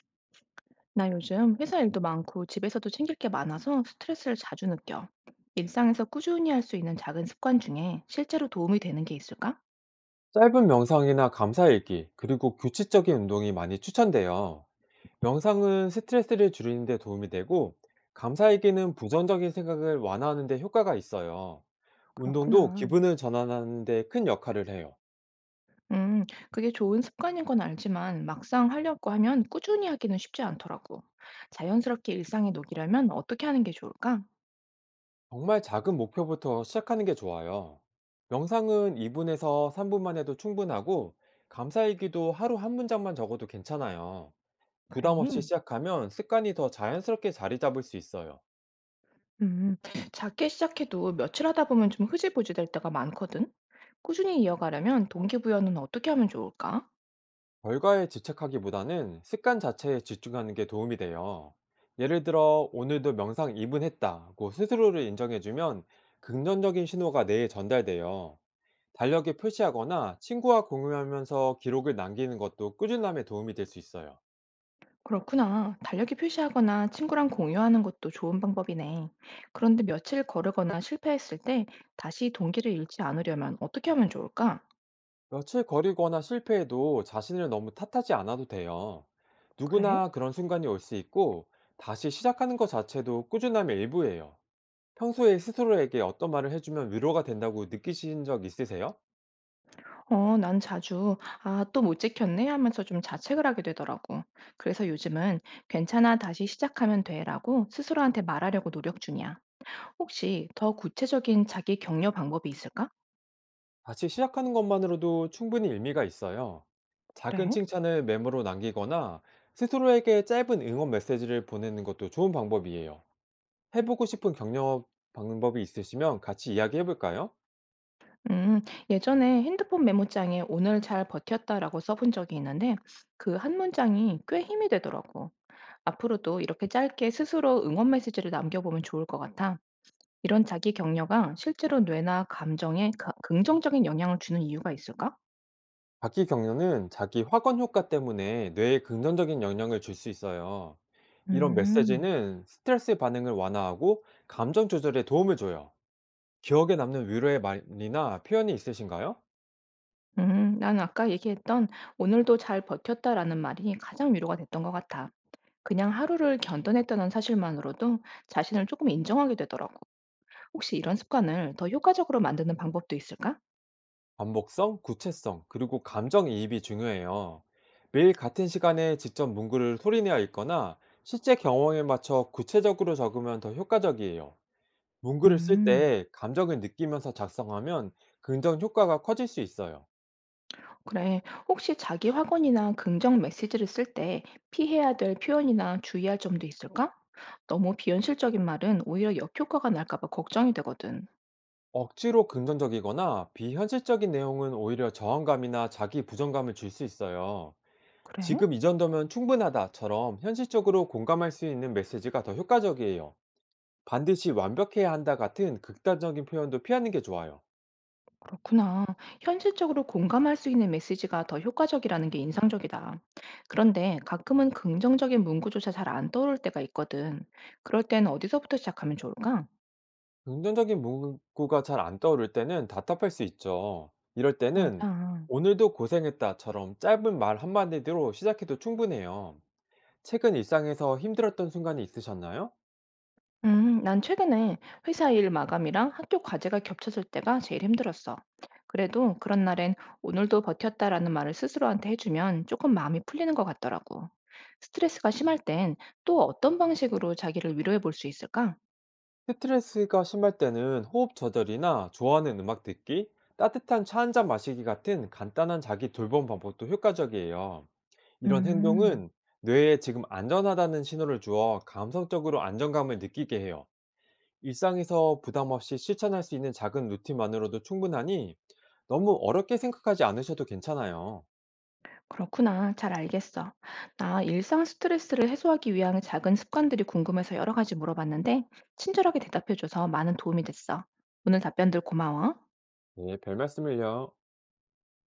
나 요즘 회사 일도 많고 집에서도 챙길 게 많아서 스트레스를 자주 느껴. 일상에서 꾸준히 할 수 있는 작은 습관 중에 실제로 도움이 되는 게 있을까? 짧은 명상이나 감사 일기, 그리고 규칙적인 운동이 많이 추천돼요. 명상은 스트레스를 줄이는 데 도움이 되고, 감사 일기는 부정적인 생각을 완화하는 데 효과가 있어요. 운동도 그렇구나. 기분을 전환하는 데 큰 역할을 해요. 음, 그게 좋은 습관인 건 알지만 막상 하려고 하면 꾸준히 하기는 쉽지 않더라고. 자연스럽게 일상에 녹이려면 어떻게 하는 게 좋을까? 정말 작은 목표부터 시작하는 게 좋아요. 명상은 2분에서 3분만 해도 충분하고, 감사 일기도 하루 한 문장만 적어도 괜찮아요. 그래. 부담 없이 시작하면 습관이 더 자연스럽게 자리 잡을 수 있어요. 음, 작게 시작해도 며칠 하다 보면 좀 흐지부지 될 때가 많거든. 꾸준히 이어가려면 동기부여는 어떻게 하면 좋을까? 결과에 집착하기보다는 습관 자체에 집중하는 게 도움이 돼요. 예를 들어, 오늘도 명상 2분 했다고 스스로를 인정해주면 긍정적인 신호가 뇌에 전달돼요. 달력에 표시하거나 친구와 공유하면서 기록을 남기는 것도 꾸준함에 도움이 될 수 있어요. 그렇구나. 달력에 표시하거나 친구랑 공유하는 것도 좋은 방법이네. 그런데 며칠 거르거나 실패했을 때 다시 동기를 잃지 않으려면 어떻게 하면 좋을까? 며칠 거리거나 실패해도 자신을 너무 탓하지 않아도 돼요. 그래? 누구나 그런 순간이 올 수 있고 다시 시작하는 것 자체도 꾸준함의 일부예요. 평소에 스스로에게 어떤 말을 해주면 위로가 된다고 느끼신 적 있으세요? 어, 난 자주, 아, 또 못 지켰네 하면서 좀 자책을 하게 되더라고. 그래서 요즘은 괜찮아, 다시 시작하면 돼라고 스스로한테 말하려고 노력 중이야. 혹시 더 구체적인 자기 격려 방법이 있을까? 다시 시작하는 것만으로도 충분히 의미가 있어요. 작은 그래? 칭찬을 메모로 남기거나 스스로에게 짧은 응원 메시지를 보내는 것도 좋은 방법이에요. 해보고 싶은 격려 방법이 있으시면 같이 이야기해볼까요? 음, 예전에 핸드폰 메모장에 오늘 잘 버텼다라고 써본 적이 있는데 그 한 문장이 꽤 힘이 되더라고. 앞으로도 이렇게 짧게 스스로 응원 메시지를 남겨보면 좋을 것 같아. 이런 자기 격려가 실제로 뇌나 감정에 긍정적인 영향을 주는 이유가 있을까? 각기 격려는 자기 확언 효과 때문에 뇌에 긍정적인 영향을 줄 수 있어요. 이런 음, 메시지는 스트레스 반응을 완화하고 감정 조절에 도움을 줘요. 기억에 남는 위로의 말이나 표현이 있으신가요? 난 아까 얘기했던 오늘도 잘 버텼다라는 말이 가장 위로가 됐던 것 같아. 그냥 하루를 견뎌냈다는 사실만으로도 자신을 조금 인정하게 되더라고. 혹시 이런 습관을 더 효과적으로 만드는 방법도 있을까? 반복성, 구체성, 그리고 감정이입이 중요해요. 매일 같은 시간에 직접 문구를 소리내어 읽거나 실제 경험에 맞춰 구체적으로 적으면 더 효과적이에요. 문구를 쓸 음, 때 감정을 느끼면서 작성하면 긍정 효과가 커질 수 있어요. 그래. 혹시 자기 확언이나 긍정 메시지를 쓸 때 피해야 될 표현이나 주의할 점도 있을까? 너무 비현실적인 말은 오히려 역효과가 날까 봐 걱정이 되거든. 억지로 긍정적이거나 비현실적인 내용은 오히려 저항감이나 자기 부정감을 줄 수 있어요. 그래? 지금 이 정도면 충분하다처럼 현실적으로 공감할 수 있는 메시지가 더 효과적이에요. 반드시 완벽해야 한다 같은 극단적인 표현도 피하는 게 좋아요. 그렇구나. 현실적으로 공감할 수 있는 메시지가 더 효과적이라는 게 인상적이다. 그런데 가끔은 긍정적인 문구조차 잘 안 떠오를 때가 있거든. 그럴 땐 어디서부터 시작하면 좋을까? 긍정적인 문구가 잘 안 떠오를 때는 답답할 수 있죠. 이럴 때는 맞아. 오늘도 고생했다처럼 짧은 말 한마디로 시작해도 충분해요. 최근 일상에서 힘들었던 순간이 있으셨나요? 난 최근에 회사 일 마감이랑 학교 과제가 겹쳐질 때가 제일 힘들었어. 그래도 그런 날엔 오늘도 버텼다라는 말을 스스로한테 해주면 조금 마음이 풀리는 것 같더라고. 스트레스가 심할 땐 또 어떤 방식으로 자기를 위로해 볼 수 있을까? 스트레스가 심할 때는 호흡 조절이나 좋아하는 음악 듣기, 따뜻한 차 한잔 마시기 같은 간단한 자기 돌봄 방법도 효과적이에요. 이런 음, 행동은 뇌에 지금 안전하다는 신호를 주어 감성적으로 안정감을 느끼게 해요. 일상에서 부담 없이 실천할 수 있는 작은 루틴만으로도 충분하니 너무 어렵게 생각하지 않으셔도 괜찮아요. 그렇구나. 잘 알겠어. 나 일상 스트레스를 해소하기 위한 작은 습관들이 궁금해서 여러 가지 물어봤는데, 친절하게 대답해줘서 많은 도움이 됐어. 오늘 답변들 고마워. 네, 별 말씀을요.